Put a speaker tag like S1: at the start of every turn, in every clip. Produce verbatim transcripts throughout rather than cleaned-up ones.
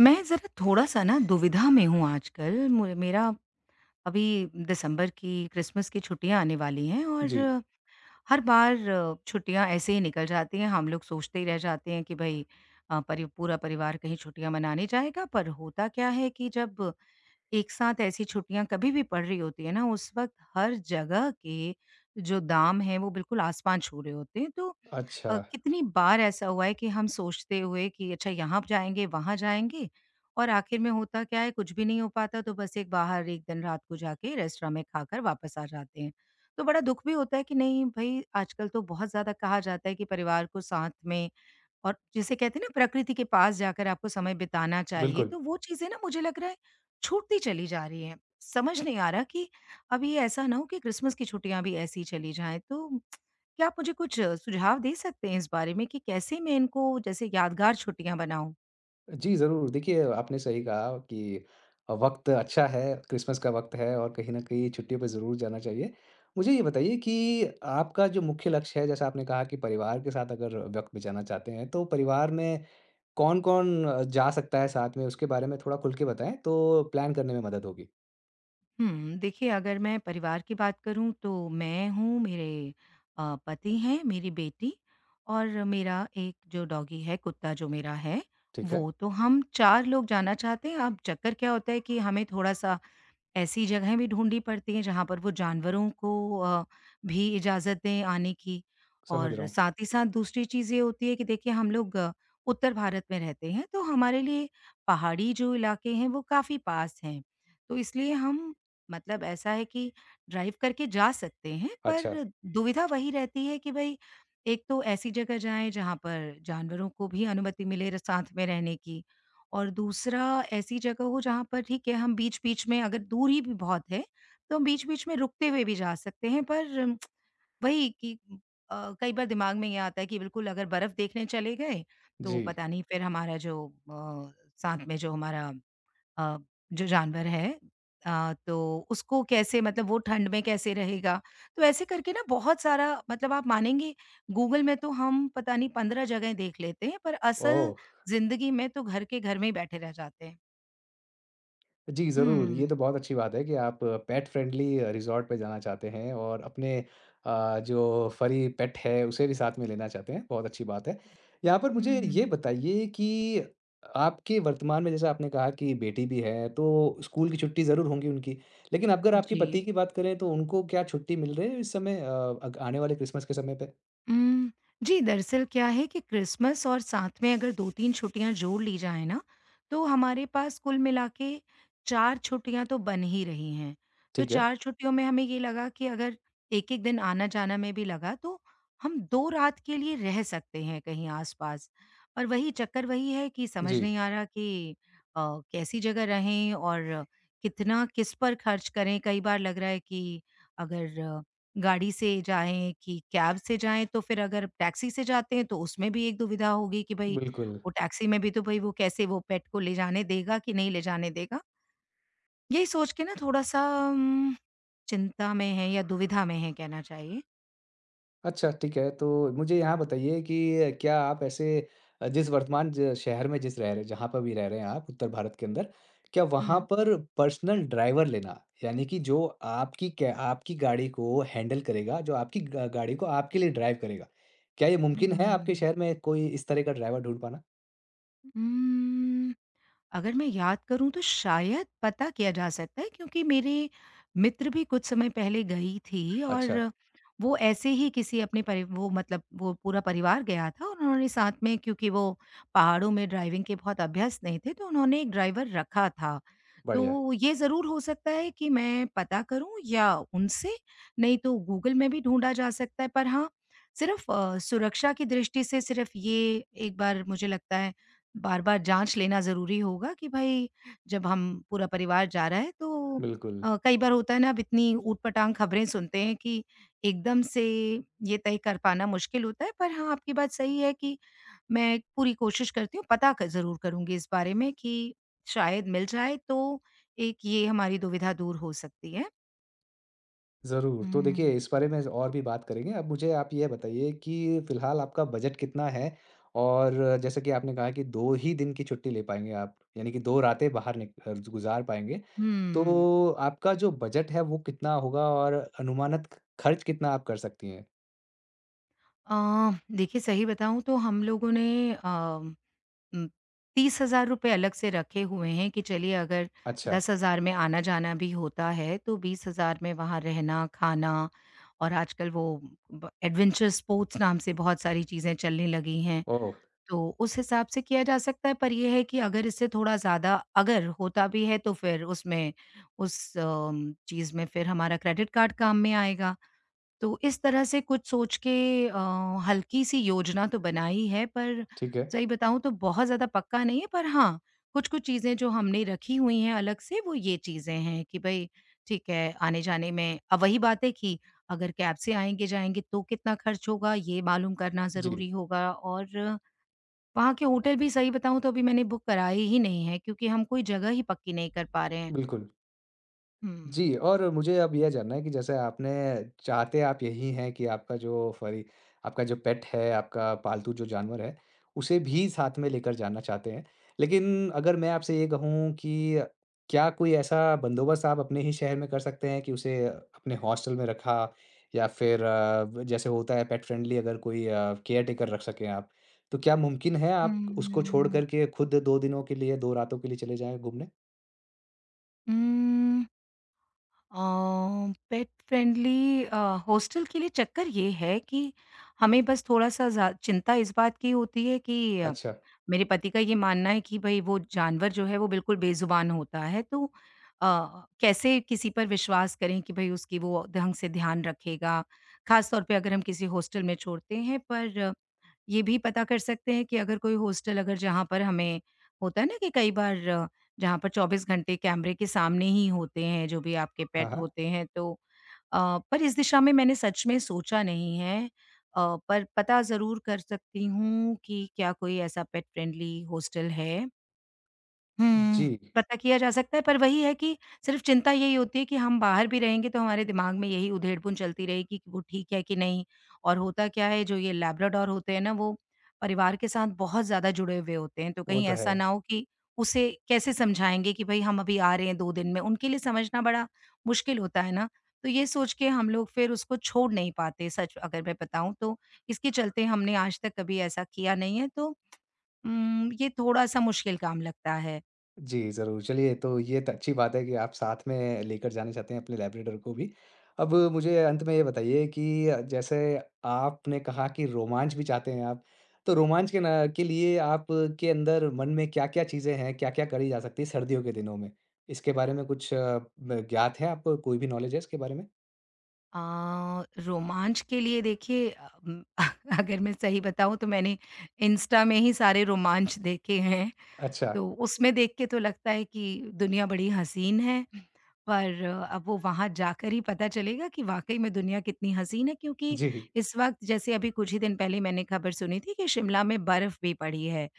S1: मैं ज़रा थोड़ा-सा ना दुविधा में हूँ आजकल। मु मेरा अभी दिसंबर की क्रिसमस की छुट्टियाँ आने वाली हैं और
S2: जी।
S1: अ, हर बार छुट्टियाँ ऐसे ही निकल जाती हैं। हम लोग सोचते ही रह जाते हैं कि भई अ, परि पूरा परिवार कहीं छुट्टियाँ मनाने जाएगा। पर होता क्या है कि जब एक साथ ऐसी छुट्टियाँ कभी भी पड़ रही होती है ना, उस वक़्त हर जगह के जो दाम हैं, वो बिल्कुल आसमान छू रहे होते हैं। तो
S2: अच्छा।
S1: अ, कितनी बार ऐसा हुआ है कि हम सोचते हुए कि अच्छा यहाँ जाएँगे, वहाँ जाएँगे, और आखिर में होता क्या है, कुछ भी नहीं हो पाता, तो बस एक बाहर एक दिन रात को जाके रेस्टोरेंट में खाकर वापस आ जाते हैं। तो बड़ा दुःख भी होता है कि नहीं भई, आजकल तो बहुत ज़्यादा कहा जाता है कि परिवार को साथ में, और जिसे कहते हैं ना, प्रकृति के पास जाकर आपको समय बिताना चाहिए,
S2: बिल्कुल।
S1: तो वो चीज़ें ना, मुझे लग रहा है, छूटती चली जा रही हैं। समझ नहीं आ रहा कि अब ये ऐसा ना हो कि क्रिसमस की छुट्टियाँ भी ऐसी ही चली जाएँ। तो क्या आप मुझे कुछ अ, सुझाव दे सकते हैं इस बारे में कि कैसे मैं इनको जैसे यादगार छुट्टियाँ बनाऊँ?
S2: जी, ज़रूर, देखिए आपने सही कहा कि अ, वक़्त अच्छा है, क्रिसमस का वक़्त है और कहीं न कहीं छुट्टियों पे ज़रूर जाना चाहिए। मुझे ये बताइए कि आपका जो मुख्य लक्ष्य है, जैसा आपने कहा कि परिवार के साथ अगर वक़्त बिताना चाहते हैं, तो परिवार में कौन-कौन अ, जा सकता है साथ में, उसके बारे में थोड़ा खुल के बताएँ, तो प्लान करने में मदद होगी।
S1: हुँ, देखिए, अगर मैं परिवार की बात करूँ, तो मैं हूँ, मेरे अ, पति हैं, मेरी बेटी, और मेरा एक जो डॉगी है, कुत्ता जो मेरा है,
S2: ठीक है,
S1: वो। तो हम चार लोग जाना चाहते हैं। अब चक्कर क्या होता है कि हमें थोड़ा-सा ऐसी जगहें भी ढूँढनी पड़ती हैं जहाँ पर वो जानवरों को अ, भी इजाज़त दें आने की।
S2: समझ
S1: और
S2: रहा हूँ।
S1: साथ ही साथ दूसरी चीज़ ये होती है कि देखिए, हम लोग अ, उत्तर भारत में रहते हैं, तो हमारे लिए पहाड़ी जो इलाके हैं वो काफ़ी पास हैं। तो इसलिए हम, मतलब ऐसा है कि ड्राइव करके जा सकते हैं,
S2: अच्छा।
S1: पर दुविधा वही रहती है कि भई, एक तो ऐसी जगह जाएँ जहाँ पर जानवरों को भी अनुमति मिले र साथ में रहने की, और दूसरा, ऐसी जगह हो जहाँ पर, ठीक है, हम बीच-बीच में, अगर दूरी भी बहुत है, तो हम बीच-बीच में रुकते हुए भी जा सकते हैं, पर अम, वही कि अ, कई बार दिमाग में ये आता है कि बिल्कुल अगर बर्फ देखने चले गए, तो
S2: जी।
S1: पता नहीं फिर हमारा जो अ, साथ में जो हमारा अ, जो जानवर है अ, तो उसको कैसे, मतलब वो ठंड में कैसे रहेगा? तो ऐसे करके ना, बहुत सारा, मतलब आप मानेंगे, गूगल में तो हम पता नहीं पंद्रह जगहें देख लेते हैं, पर असल
S2: ओह!
S1: ज़िंदगी में तो घर के घर में ही बैठे रह जाते हैं।
S2: जी, ज़रूर। ये
S1: हुँ,
S2: तो बहुत अच्छी बात है कि आप पेट फ्रेंडली रिज़ॉर्ट पे जाना चाहते हैं और अपने अ, जो फर्री पेट है, उसे भी साथ में लेना चाहते हैं, बहुत अच्छी बात है। यहाँ पर मुझे ये
S1: हुँ।
S2: बताइए कि आपके वर्तमान में जैसा आपने कहा कि बेटी भी है, तो स्कूल की छुट्टी ज़रूर होंगी उनकी। लेकिन अगर आपके
S1: जी।
S2: पति की बात करें, तो उनको क्या छुट्टी मिल रही है इस समय, अ, अग आने वाले क्रिसमस के समय पे?
S1: उम, जी, दरअसल क्या है कि क्रिसमस और साथ में अगर दो तीन छुट्टियाँ जोड़ ली जाएँ ना, तो हमारे पास कुल मिला के चार छुट्टियाँ तो बन ही रही हैं। तो
S2: ठीक है।
S1: चार छुट्टियों में हमें ये लगा कि अगर एक-एक दिन आना-जाना में भी लगा, तो हम दो रात के लिए रह सकते हैं कहीं आस-पास। पर वही चक्कर वही है कि समझ
S2: जी,
S1: नहीं आ रहा कि अ, कैसी जगह रहें और कितना किस पर खर्च करें? कई बार लग रहा है कि अगर गाड़ी से जाएँ कि कैब से जाएँ, तो फिर अगर टैक्सी से जाते हैं तो उसमें भी एक दुविधा होगी कि भई,
S2: बिल्कुल।
S1: वो टैक्सी में भी तो भई वो कैसे, वो पेट को ले जाने देगा कि नहीं ले जाने देगा। यही सोच के ना, थोड़ा-सा उम, चिंता में हैं, या दुविधा में हैं कहना चाहिए।
S2: अच्छा, ठीक है। तो मुझे यहाँ बताइए कि क्या आप ऐसे, अ, जिस वर्तमान ज शहर में जिस रह रहे जहाँ पर भी रह रहे हैं आप उत्तर भारत के अंदर, क्या वहाँ
S1: हुँ।
S2: पर पर्सनल ड्राइवर लेना, यानी कि जो आपकी कै आपकी गाड़ी को हैंडल करेगा, जो आपकी ग गाड़ी को आपके लिए ड्राइव करेगा, क्या ये मुमकिन है आपके
S1: हुँ।
S2: शहर में कोई इस तरह का ड्राइवर ढूँढ पाना?
S1: उम अगर मैं याद करूँ, तो शायद पता किया जा सकता है, क्योंकि मेरे मित्र भी कुछ समय पहले गई थी, और
S2: अच्छा,
S1: वो ऐसे ही किसी अपने परि वो, मतलब वो पूरा परिवार गया था, और उन्होंने साथ में, क्योंकि वो पहाड़ों में ड्राइविंग के बहुत अभ्यस्त नहीं थे, तो उन्होंने एक ड्राइवर रखा था।
S2: बढ़िया,
S1: तो ये ज़रूर हो सकता है कि मैं पता करूँ या उनसे, नहीं तो गूगल में भी ढूँढा जा सकता है। पर हाँ, सिर्फ़ अ, सुरक्षा की दृष्टि से सिर्फ़ ये, एक बार मुझे लगता है, बार-बार जाँच लेना ज़रूरी होगा कि भई जब हम, पूरा परिवार जा रहा है, तो
S2: बिल्कुल।
S1: अ, कई बार होता है ना, अब इतनी ऊट-पटांग खबरें सुनते हैं कि एकदम से ये तय कर पाना मुश्किल होता है। पर हाँ, आपकी बात सही है कि मैं पूरी कोशिश करती हूँ, पता क ज़रूर करूँगी इस बारे में कि शायद मिल जाए तो एक, ये हमारी दुविधा दूर हो सकती है।
S2: ज़रूर, तो देखिए
S1: उम,
S2: इस
S1: हुँ।
S2: बारे में और भी बात करेंगे। अब मुझे आप ये बताइए कि फ़िलहाल आपका बजट कितना है? और जैसा कि आपने कहा कि दो ही दिन की छुट्टी ले पाएँगे आप, यानी कि दो रातें बाहर निक अ, गुज़ार पाएँगे।
S1: हुँ।
S2: तो आपका जो बजट है वो कितना होगा और अनुमानित ख खर्च कितना आप कर सकती हैं?
S1: अ, देखिए, सही बताऊँ तो हम लोगों ने अ उम, तीस हज़ार रुपए अलग से रखे हुए हैं कि चलिए, अगर
S2: अच्छा।
S1: दस हज़ार में आना-जाना भी होता है, तो बीस हज़ार में वहाँ रहना, खाना, और आजकल वो ब एडवेंचर स्पोर्ट्स नाम से बहुत सारी चीज़ें चलने लगी हैं।
S2: ओह!
S1: तो उस हिसाब से किया जा सकता है, पर ये है कि अगर इससे थोड़ा ज़्यादा अगर होता भी है, तो फिर उसमें उस अम, चीज़ में फिर हमारा क्रेडिट कार्ड काम में आएगा। तो इस तरह से कुछ सोच के अ, हल्की-सी योजना तो बनाई है, पर
S2: ठीक है।
S1: सही बताऊँ तो बहुत ज़्यादा पक्का नहीं है, पर हाँ, कुछ-कुछ चीज़ें जो हमने रखी हुई हैं अलग से, वो ये चीज़ें हैं कि भई, ठीक है, आने-जाने में, अब वही बात है कि अगर कैब से आएँगे-जाएँगे तो कितना खर्च होगा, ये मालूम करना
S2: जी,
S1: ज़रूरी होगा, और वहाँ के होटल भी सही बताऊँ तो अभी मैंने बुक कराए ही नहीं हैं, क्योंकि हम कोई जगह ही पक्की नहीं कर पा रहे हैं।
S2: बिल्कुल।
S1: हुँ।
S2: जी, और मुझे अब ये जानना है कि जैसे आपने, चाहते आप यही हैं कि आपका जो फरी आपका जो पेट है, आपका पालतू जो जानवर है, उसे भी साथ में लेकर जाना चाहते हैं। लेकिन अगर मैं आपसे ये कहूँ कि क्या कोई ऐसा बंदोबस्त आप अपने ही शहर में कर सकते हैं कि उसे अपने हॉस्टल में रखा, या फिर अ, ब जैसे होता है पेट फ्रेंडली, अगर कोई अ, केयरटेकर रख सकें आप। तो क्या मुमकिन है
S1: हुँ,
S2: आप उसको छोड़
S1: हुँ,
S2: कर के खुद दो दिनों के लिए, दो रातों के लिए चले जाएँ घूमने?
S1: हुँ। पेट फ्रेंडली हॉस्टल के लिए चक्कर ये है कि हमें बस थोड़ा-सा ज़ा चिंता इस बात की होती है कि अ,
S2: अच्छा।
S1: मेरे पति का ये मानना है कि भई, वो जानवर जो है वो बिल्कुल बेज़ुबान होता है, तो अ, कैसे किसी पर विश्वास करें कि भई उसकी वो ढंग से ध्यान रखेगा, ख़ास तौर पे अगर हम किसी हॉस्टल में छोड़ते हैं। पर ये भी पता कर सकते हैं कि अगर कोई हॉस्टल, अगर जहाँ पर हमें, होता है ना कि कई बार अ, जहाँ पर चौबीस घंटे कैमरे के सामने ही होते हैं जो भी आपके
S2: हाँ,
S1: पेट
S2: हाँ।
S1: होते हैं, तो अ, पर इस दिशा में मैंने सच में सोचा नहीं है अ, पर पता ज़रूर कर सकती हूँ कि क्या कोई ऐसा पेट फ्रेंडली हॉस्टल है। हुँ,
S2: जी।
S1: पता किया जा सकता है, पर वही है कि सिर्फ़ चिंता यही होती है कि हम बाहर भी रहेंगे तो हमारे दिमाग में यही उधेड़-पुन चलती रहेगी कि वो ठीक है कि नहीं? और होता क्या है, जो ये लैब्राडोर होते हैं ना, वो परिवार के साथ बहुत ज़्यादा जुड़े हुए होते हैं, तो
S2: वो
S1: कहीं
S2: तो है।
S1: ऐसा ना हो कि, उसे कैसे समझाएँगे कि भई हम अभी आ रहे हैं दो दिन में, उनके लिए समझना बड़ा मुश्किल होता है ना। तो ये सोच के हम लोग फिर उसको छोड़ नहीं पाते, सच अगर मैं बताऊँ तो, इसके चलते हमने आज तक कभी ऐसा किया नहीं है, तो उम, ये थोड़ा-सा मुश्किल काम लगता है।
S2: जी, ज़रूर। चलिए तो ये तो अच्छी बात है कि आप साथ में लेकर जाना चाहते हैं अपने लैब्राडोर को भी। अब मुझे अंत में ये बताइए कि जैसे आपने कहा कि रोमांच भी चाहते हैं आप, तो रोमांच के ना के लिए आपके अंदर मन में क्या-क्या चीज़ें हैं, क्या-क्या करी जा सकती है सर्दियों के दिनों में? इसके बारे में कुछ अ, ब ज्ञात है आपको? कोई भी नॉलेज है इसके बारे में?
S1: अ, रोमांच के लिए देखिए अ, उम, अगर मैं सही बताऊँ तो मैंने इंस्टा में ही सारे रोमांच देखे हैं,
S2: अच्छा।
S1: तो उसमें देख के तो लगता है कि दुनिया बड़ी हसीन है। पर अब वो वहाँ जाकर ही पता चलेगा कि वाक़ई में दुनिया कितनी हसीन है, क्योंकि
S2: जी।
S1: इस वक़्त, जैसे अभी कुछ ही दिन पहले मैंने खबर सुनी थी कि शिमला में बर्फ़ भी पड़ी है।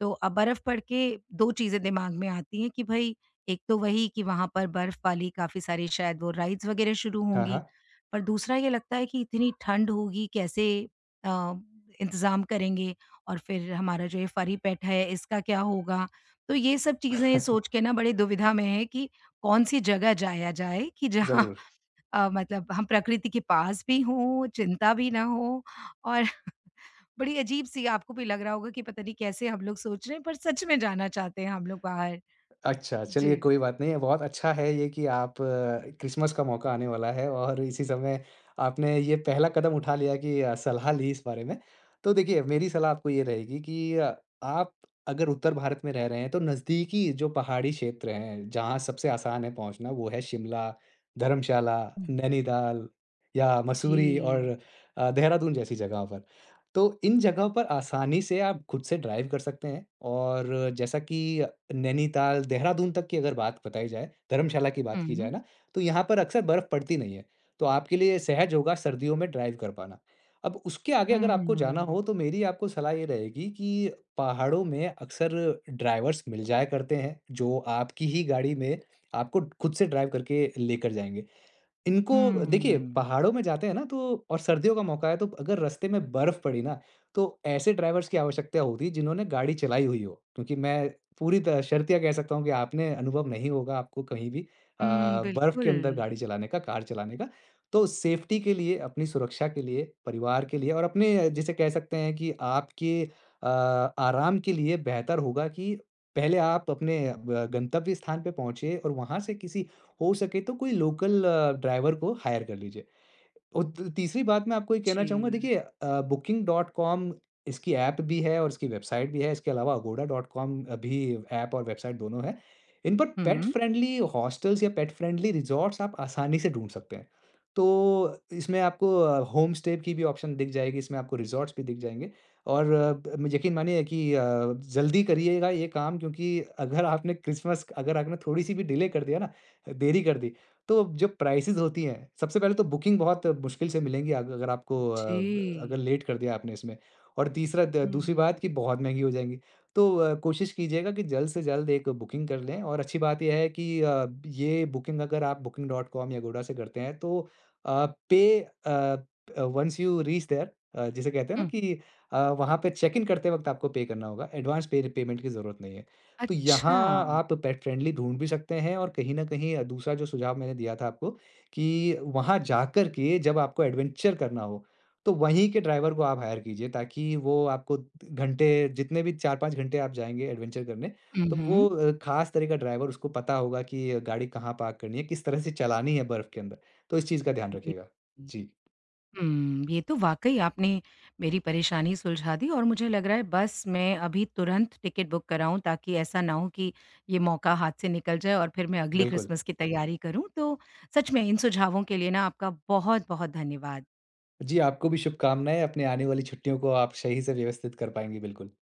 S1: तो अब बर्फ पड़ के दो चीज़ें दिमाग में आती हैं कि भई, एक तो वही कि वहाँ पर बर्फ वाली काफ़ी सारी शायद वो राइड्स वगैरह शुरू
S2: हाँ,
S1: होंगी।
S2: हाँ।
S1: पर दूसरा ये लगता है कि इतनी ठंड होगी, कैसे अ, इंतज़ाम करेंगे, और फिर हमारा जो ये फर्री-पेट है इसका क्या होगा? तो ये सब चीज़ें सोच के ना, बड़ी दुविधा में हैं कि कौन-सी जगह जाया जाए कि जहाँ
S2: ज़रूर।
S1: अ, मतलब हम प्रकृति के पास भी हों, चिंता भी ना हो, और बड़ी अजीब-सी आपको भी लग रहा होगा कि पता नहीं कैसे हम लोग सोच रहे हैं, पर सच में जाना चाहते हैं हम लोग बाहर।
S2: अच्छा, चलिए
S1: जी।
S2: कोई बात नहीं। है। बहुत अच्छा है ये कि आप, अ, क्रिसमस का मौका आने वाला है और इसी समय आपने ये पहला कदम उठा लिया कि अ, सलाह ली इस बारे में। तो देखिए, मेरी सलाह आपको ये रहेगी कि अ, आप अगर उत्तर भारत में रह रहे हैं, तो नज़दीकी जो पहाड़ी क्षेत्र हैं, जहाँ सबसे आसान है पहुँचना, वो है शिमला, धर्मशाला,
S1: हुँ,
S2: नैनीताल या मसूरी
S1: जी।
S2: और अ, देहरादून जैसी जगहों पर। तो इन जगहों पर आसानी से आप खुद से ड्राइव कर सकते हैं, और जैसा कि नैनीताल, देहरादून तक की अगर बात बताई जाए, धर्मशाला की
S1: हुँ,
S2: बात की जाए
S1: हुँ,
S2: ना, तो यहाँ पर अक्सर बर्फ़ पड़ती नहीं है, तो आपके लिए सहज होगा सर्दियों में ड्राइव कर पाना। अब उसके आगे
S1: हुँ।
S2: अगर आपको जाना हो, तो मेरी आपको सलाह ये रहेगी कि पहाड़ों में अक्सर ड्राइवर्स मिल जाया करते हैं, जो आपकी ही गाड़ी में आपको खुद से ड्राइव करके लेकर जाएँगे। इनको देखिए पहाड़ों में जाते हैं ना तो, और सर्दियों का मौका है तो अगर रास्ते में बर्फ पड़ी ना, तो ऐसे ड्राइवर्स की आवश्यकता होती है जिन्होंने गाड़ी चलाई हुई हो, क्योंकि मैं पूरी तरह शर्तिया कह सकता हूँ कि आपने अनुभव नहीं होगा आपको कहीं भी अ,
S1: हुँ,
S2: बर्फ
S1: बिल्कुल।
S2: के अंदर गाड़ी चलाने का, कार चलाने का। तो सेफ्टी के लिए, अपनी सुरक्षा के लिए, परिवार के लिए और अपने, अ, जिसे कह सकते हैं कि आपके अ, आराम के लिए, बेहतर होगा कि पहले आप अपने अ, गंतव्य स्थान पे पहुंचे और वहां से किसी, हो सके तो कोई लोकल अ, ड्राइवर को हायर कर लीजिए। और त तीसरी बात मैं आपको ये कहना चाहूँगा,
S1: जी।
S2: देखिए अ, बुकिंग डॉट कॉम, इसकी ऐप भी है और इसकी वेबसाइट भी है। इसके अलावा अगोडा डॉट कॉम भी ऐप और वेबसाइट दोनों है। इन पर पेट
S1: हुँ।
S2: फ्रेंडली हॉस्टल्स या पेट फ्रेंडली रिज़ॉर्ट्स आप आसानी से ढूँढ सकते हैं। तो इसमें आपको अ, होम स्टे की भी ऑप्शन दिख जाएगी, इसमें आपको रिज़ॉर्ट्स भी दिख जाएँगे और अ, ब- म- यकीन मानिए कि अ, जल्दी करिएगा ये काम, क्योंकि अगर आपने क्रिसमस अगर आपने थोड़ी-सी भी डिले कर दिया ना, देरी कर दी, तो जो प्राइसेज़ होती हैं, सबसे पहले तो बुकिंग बहुत मुश्किल से मिलेंगी, अग अगर आपको अ, अगर
S1: जी।
S2: लेट कर दिया आपने इसमें, और तीसरा द दूसरी बात
S1: हुँ,
S2: कि बहुत महँगी हो जाएँगी। तो अ, कोशिश कीजिएगा कि जल्द से जल्द एक बुकिंग कर लें। और अच्छी बात ये है कि अ, ये बुकिंग अगर आप बुकिंग डॉट कॉम या अगोडा से करते हैं तो अ, पे uh, once you reach there, uh, जिसे कहते हैं ना
S1: हुँ।
S2: कि अ, वहाँ पे चेक इन करते वक़्त आपको पे करना होगा। एडवांस पे पेमेंट की ज़रूरत नहीं है। तो यहाँ
S1: अच्छा।
S2: आप पेट फ्रेंडली ढूँढ भी सकते हैं, और कहीं न कहीं अ, दूसरा जो सुझाव मैंने दिया था आपको कि वहाँ जाकर के जब आपको एडवेंचर करना हो, तो वहीं के ड्राइवर को आप हायर कीजिए ताकि वो आपको, घंटे, जितने भी चार पाँच घंटे आप जाएँगे एडवेंचर करने,
S1: हुँ,
S2: तो
S1: हुँ।
S2: वो अ, ख़ास तरह का ड्राइवर, उसको पता होगा कि गाड़ी कहाँ पार्क करनी है, किस तरह से चलानी है बर्फ़ के अंदर। तो इस चीज़ का ध्यान
S1: जी।
S2: रखिएगा। जी,
S1: हुँ, ये तो वाक़ई आपने मेरी परेशानी सुलझा दी, और मुझे लग रहा है बस मैं अभी तुरंत टिकट बुक कराऊँ, ताकि ऐसा ना हो कि ये मौका हाथ से निकल जाए और फिर मैं अगली
S2: बिल्कुल।
S1: क्रिसमस की तैयारी करूँ। तो सच में इन सुझावों के लिए ना, आपका बहुत-बहुत धन्यवाद।
S2: जी, आपको भी शुभकामनाएँ, अपने आने वाली छुट्टियों को आप सही से व्यवस्थित कर पाएँगी, बिल्कुल।